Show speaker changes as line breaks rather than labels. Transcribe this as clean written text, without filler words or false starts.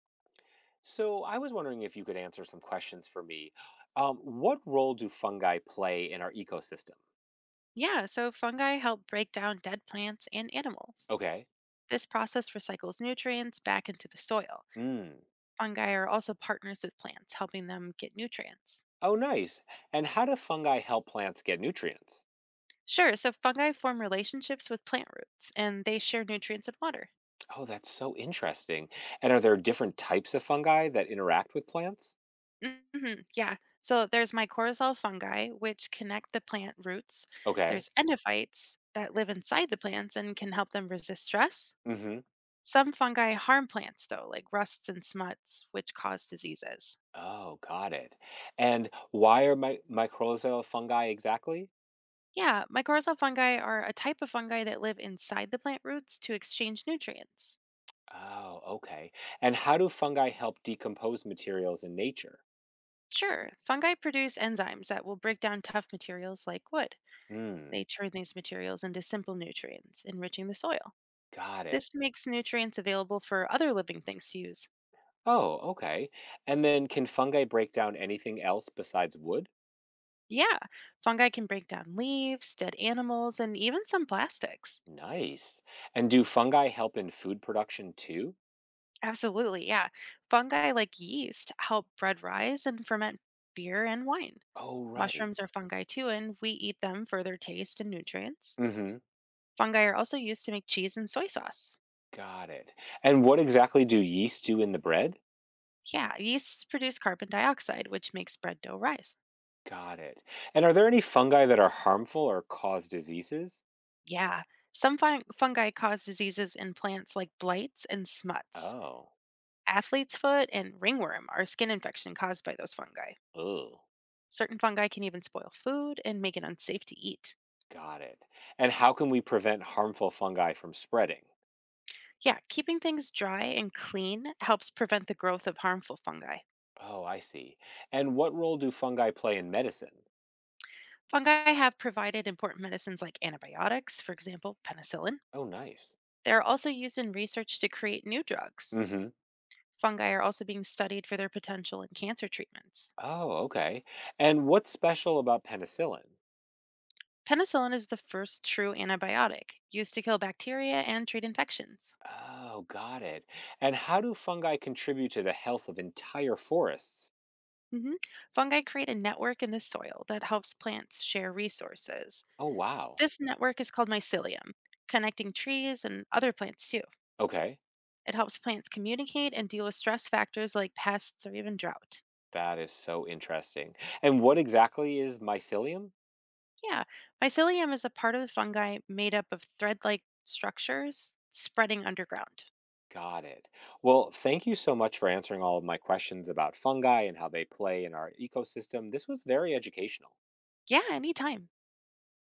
So I was wondering if you could answer some questions for me. What role do fungi play in our ecosystem?
Yeah, so fungi help break down dead plants and animals.
Okay.
This process recycles nutrients back into the soil.
Mm.
Fungi are also partners with plants, helping them get nutrients.
Oh, nice. And how do fungi help plants get nutrients?
Sure, so fungi form relationships with plant roots and they share nutrients and water.
Oh, that's so interesting. And are there different types of fungi that interact with plants?
Yeah, so there's mycorrhizal fungi, which connect the plant roots.
Okay.
There's endophytes that live inside the plants and can help them resist stress.
Mm-hmm.
Some fungi harm plants, though, like rusts and smuts, which cause diseases.
Oh, got it. And why are my mycorrhizal fungi exactly?
Yeah, mycorrhizal fungi are a type of fungi that live inside the plant roots to exchange nutrients.
Oh, okay. And how do fungi help decompose materials in nature?
Sure, fungi produce enzymes that will break down tough materials like wood.
Hmm,
They turn these materials into simple nutrients, enriching the soil.
got it.
This makes nutrients available for other living things to use.
Oh, okay. And then can fungi break down anything else besides wood?
Yeah, fungi can break down leaves, dead animals, and even some plastics.
Nice. And do fungi help in food production too?
Absolutely, yeah. Fungi like yeast help bread rise and ferment beer and wine.
Oh, right.
Mushrooms are fungi too, and we eat them for their taste and nutrients.
Mm-hmm.
Fungi are also used to make cheese and soy sauce.
Got it. And what exactly do yeasts do in the bread?
Yeah, yeasts produce carbon dioxide, which makes bread dough rise.
Got it. And are there any fungi that are harmful or cause diseases?
Yeah, fungi cause diseases in plants like blights and smuts.
Oh,
Athlete's foot and ringworm are skin infection caused by those fungi.
oh,
Certain fungi can even spoil food and make it unsafe to eat.
got it. And how can we prevent harmful fungi from spreading?
Yeah, keeping things dry and clean helps prevent the growth of harmful fungi.
Oh, I see. And what role do fungi play in medicine?
Fungi have provided important medicines like antibiotics, for example, penicillin.
Oh, nice.
They are also used in research to create new drugs.
Mm-hmm.
Fungi are also being studied for their potential in cancer treatments.
Oh, okay. And what's special about penicillin?
Penicillin is the first true antibiotic used to kill bacteria and treat infections.
Oh, got it. And how do fungi contribute to the health of entire forests?
Mhm. Fungi create a network in the soil that helps plants share resources.
Oh, wow.
This network is called mycelium, connecting trees and other plants too.
Okay.
It helps plants communicate and deal with stress factors like pests or even drought.
That is so interesting. And what exactly is mycelium?
Yeah, mycelium is a part of the fungi made up of thread like structures spreading underground.
Got it. Well, thank you so much for answering all of my questions about fungi and how they play in our ecosystem. This was very educational.
Yeah, anytime.